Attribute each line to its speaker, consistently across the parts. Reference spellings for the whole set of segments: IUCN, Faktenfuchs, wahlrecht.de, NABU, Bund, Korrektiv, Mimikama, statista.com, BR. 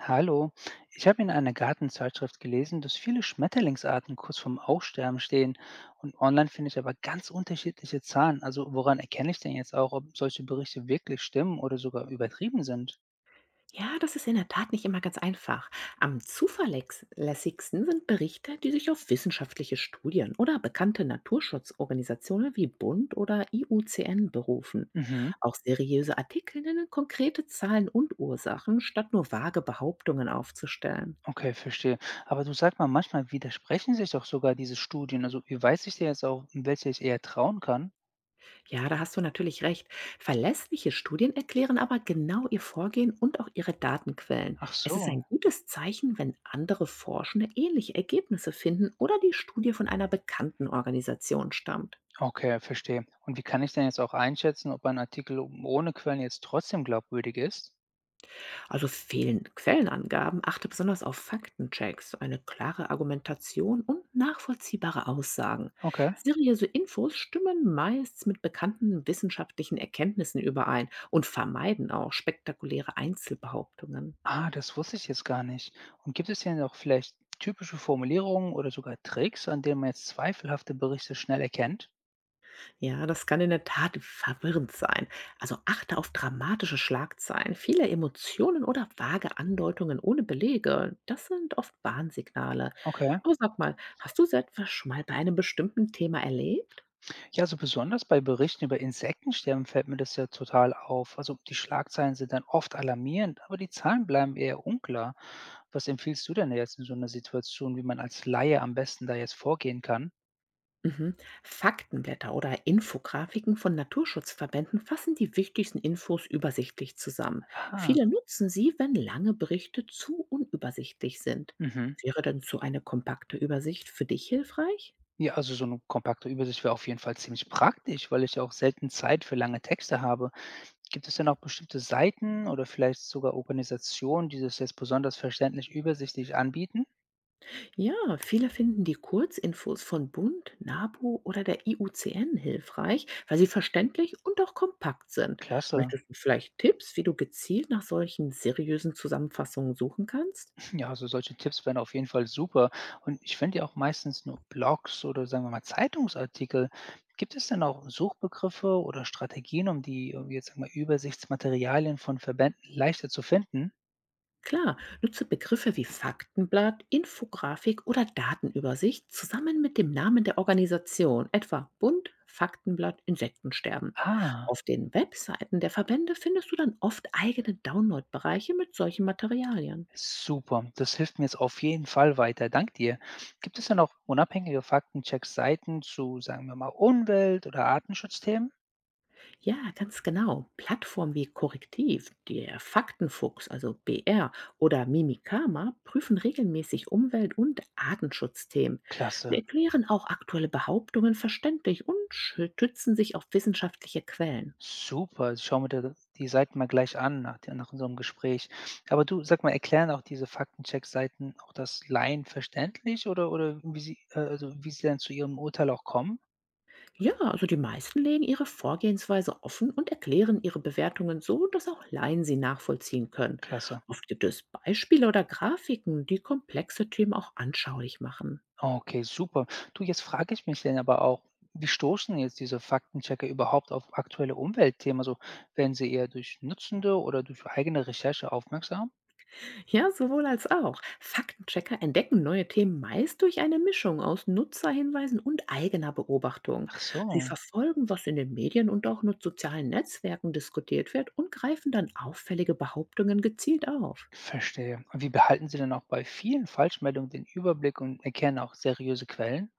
Speaker 1: Hallo, ich habe in einer Gartenzeitschrift gelesen, dass viele Schmetterlingsarten kurz vorm Aussterben stehen und online finde ich aber ganz unterschiedliche Zahlen. Also woran erkenne ich denn jetzt auch, ob solche Berichte wirklich stimmen oder sogar übertrieben sind?
Speaker 2: Ja, das ist in der Tat nicht immer ganz einfach. Am zuverlässigsten sind Berichte, die sich auf wissenschaftliche Studien oder bekannte Naturschutzorganisationen wie Bund oder IUCN berufen.
Speaker 1: Mhm,
Speaker 2: Auch seriöse Artikel nennen konkrete Zahlen und Ursachen, statt nur vage Behauptungen aufzustellen.
Speaker 1: okay, verstehe. Aber du, sag mal, manchmal widersprechen sich doch sogar diese Studien. Also wie weiß ich denn jetzt auch, um welche ich eher trauen kann?
Speaker 2: Ja, da hast du natürlich recht. Verlässliche Studien erklären aber genau ihr Vorgehen und auch ihre Datenquellen.
Speaker 1: Ach
Speaker 2: Es ist
Speaker 1: so,
Speaker 2: ein gutes Zeichen, wenn andere Forschende ähnliche Ergebnisse finden oder die Studie von einer bekannten Organisation stammt.
Speaker 1: okay, verstehe. Und wie kann ich denn jetzt auch einschätzen, ob ein Artikel ohne Quellen jetzt trotzdem glaubwürdig ist?
Speaker 2: Also fehlen Quellenangaben, achte besonders auf Faktenchecks, eine klare Argumentation und nachvollziehbare Aussagen.
Speaker 1: Okay.
Speaker 2: Seriöse Infos stimmen meist mit bekannten wissenschaftlichen Erkenntnissen überein und vermeiden auch spektakuläre Einzelbehauptungen.
Speaker 1: Ah, das wusste ich jetzt gar nicht. Und gibt es denn auch vielleicht typische Formulierungen oder sogar Tricks, an denen man jetzt zweifelhafte Berichte schnell erkennt?
Speaker 2: Ja, das kann in der Tat verwirrend sein. Also achte auf dramatische Schlagzeilen, viele Emotionen oder vage Andeutungen ohne Belege. Das sind oft Warnsignale.
Speaker 1: Okay.
Speaker 2: Aber sag mal, hast du so etwas schon mal bei einem bestimmten Thema erlebt?
Speaker 1: Ja, also besonders bei Berichten über Insektensterben fällt mir das ja total auf. Also die Schlagzeilen sind dann oft alarmierend, aber die Zahlen bleiben eher unklar. Was empfiehlst du denn jetzt in so einer Situation, wie man als Laie am besten da jetzt vorgehen kann?
Speaker 2: Mhm. Faktenblätter oder Infografiken von Naturschutzverbänden fassen die wichtigsten Infos übersichtlich zusammen.
Speaker 1: Ah,
Speaker 2: Viele nutzen sie, wenn lange Berichte zu unübersichtlich sind.
Speaker 1: mhm.
Speaker 2: Wäre denn so eine kompakte Übersicht für dich hilfreich?
Speaker 1: Ja, also so eine kompakte Übersicht wäre auf jeden Fall ziemlich praktisch, weil ich ja auch selten Zeit für lange Texte habe. Gibt es denn auch bestimmte Seiten oder vielleicht sogar Organisationen, die das jetzt besonders verständlich übersichtlich anbieten?
Speaker 2: Ja, viele finden die Kurzinfos von Bund, NABU oder der IUCN hilfreich, weil sie verständlich und auch kompakt sind.
Speaker 1: Klasse.
Speaker 2: Möchtest du vielleicht Tipps, wie du gezielt nach solchen seriösen Zusammenfassungen suchen kannst?
Speaker 1: Ja, also solche Tipps wären auf jeden Fall super. Und ich finde ja auch meistens nur Blogs oder sagen wir mal Zeitungsartikel. Gibt es denn auch Suchbegriffe oder Strategien, um die, jetzt sagen wir, Übersichtsmaterialien von Verbänden leichter zu finden?
Speaker 2: Klar, nutze Begriffe wie Faktenblatt, Infografik oder Datenübersicht zusammen mit dem Namen der Organisation, etwa Bund, Faktenblatt, Insektensterben.
Speaker 1: Ah.
Speaker 2: Auf den Webseiten der Verbände findest du dann oft eigene Downloadbereiche mit solchen Materialien.
Speaker 1: Super, das hilft mir jetzt auf jeden Fall weiter. Dank dir. Gibt es denn auch unabhängige Faktencheck-Seiten zu, sagen wir mal, Umwelt- oder Artenschutzthemen?
Speaker 2: Ja, ganz genau. Plattformen wie Korrektiv, der Faktenfuchs, also BR oder Mimikama prüfen regelmäßig Umwelt- und Artenschutzthemen. Sie
Speaker 1: Klasse.
Speaker 2: erklären auch aktuelle Behauptungen verständlich und stützen sich auf wissenschaftliche Quellen.
Speaker 1: Super, ich schaue mir da die Seiten mal gleich an nach, nach unserem Gespräch. Aber du, sag mal, erklären auch diese Faktencheck-Seiten auch das Laien verständlich oder wie sie, also wie sie dann zu ihrem Urteil auch kommen?
Speaker 2: Ja, also die meisten legen ihre Vorgehensweise offen und erklären ihre Bewertungen so, dass auch Laien sie nachvollziehen können.
Speaker 1: Klasse.
Speaker 2: Oft gibt es Beispiele oder Grafiken, die komplexe Themen auch anschaulich machen.
Speaker 1: Okay, super. Du, jetzt frage ich mich denn aber auch, wie stoßen jetzt diese Faktenchecker überhaupt auf aktuelle Umweltthemen? Also werden sie eher durch Nutzende oder durch eigene Recherche aufmerksam?
Speaker 2: Ja, sowohl als auch. Faktenchecker entdecken neue Themen meist durch eine Mischung aus Nutzerhinweisen und eigener Beobachtung.
Speaker 1: Ach
Speaker 2: Sie
Speaker 1: so,
Speaker 2: verfolgen, was in den Medien und auch in sozialen Netzwerken diskutiert wird und greifen dann auffällige Behauptungen gezielt auf.
Speaker 1: verstehe. Und wie behalten sie denn auch bei vielen Falschmeldungen den Überblick und erkennen auch seriöse Quellen?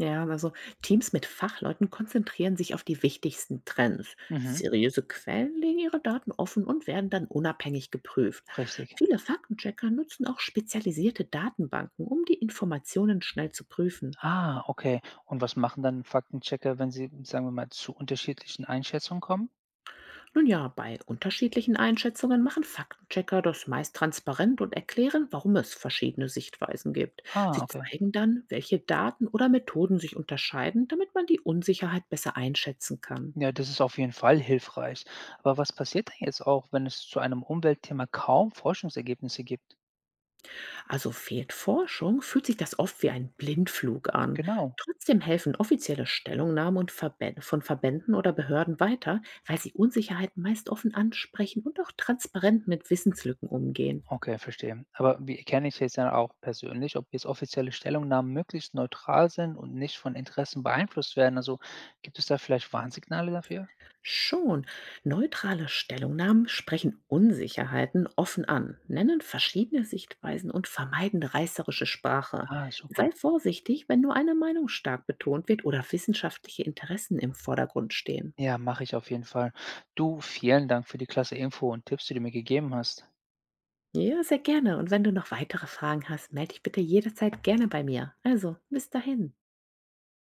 Speaker 2: Ja, also Teams mit Fachleuten konzentrieren sich auf die wichtigsten Trends.
Speaker 1: Mhm,
Speaker 2: Seriöse Quellen legen ihre Daten offen und werden dann unabhängig geprüft.
Speaker 1: richtig.
Speaker 2: Viele Faktenchecker nutzen auch spezialisierte Datenbanken, um die Informationen schnell zu prüfen.
Speaker 1: Ah, okay. Und was machen dann Faktenchecker, wenn sie, sagen wir mal, zu unterschiedlichen Einschätzungen kommen?
Speaker 2: Nun ja, bei unterschiedlichen Einschätzungen machen Faktenchecker das meist transparent und erklären, warum es verschiedene Sichtweisen gibt.
Speaker 1: Ah,
Speaker 2: Sie
Speaker 1: okay.
Speaker 2: zeigen dann, welche Daten oder Methoden sich unterscheiden, damit man die Unsicherheit besser einschätzen kann.
Speaker 1: Ja, das ist auf jeden Fall hilfreich. Aber was passiert denn jetzt auch, wenn es zu einem Umweltthema kaum Forschungsergebnisse gibt?
Speaker 2: Also fehlt Forschung, fühlt sich das oft wie ein Blindflug an.
Speaker 1: Genau.
Speaker 2: Trotzdem helfen offizielle Stellungnahmen und Verbä von Verbänden oder Behörden weiter, weil sie Unsicherheiten meist offen ansprechen und auch transparent mit Wissenslücken umgehen.
Speaker 1: Okay, verstehe. Aber wie erkenne ich jetzt dann auch persönlich, ob jetzt offizielle Stellungnahmen möglichst neutral sind und nicht von Interessen beeinflusst werden? Also gibt es da vielleicht Warnsignale dafür?
Speaker 2: Schon. Neutrale Stellungnahmen sprechen Unsicherheiten offen an, nennen verschiedene Sichtweisen und vermeiden reißerische Sprache.
Speaker 1: Ah, super.
Speaker 2: Sei vorsichtig, wenn nur eine Meinung stark betont wird oder wissenschaftliche Interessen im Vordergrund stehen.
Speaker 1: Ja, mache ich auf jeden Fall. Du, vielen Dank für die klasse Info und Tipps, die du mir gegeben hast.
Speaker 2: Ja, sehr gerne. Und wenn du noch weitere Fragen hast, melde dich bitte jederzeit gerne bei mir. Also, bis dahin.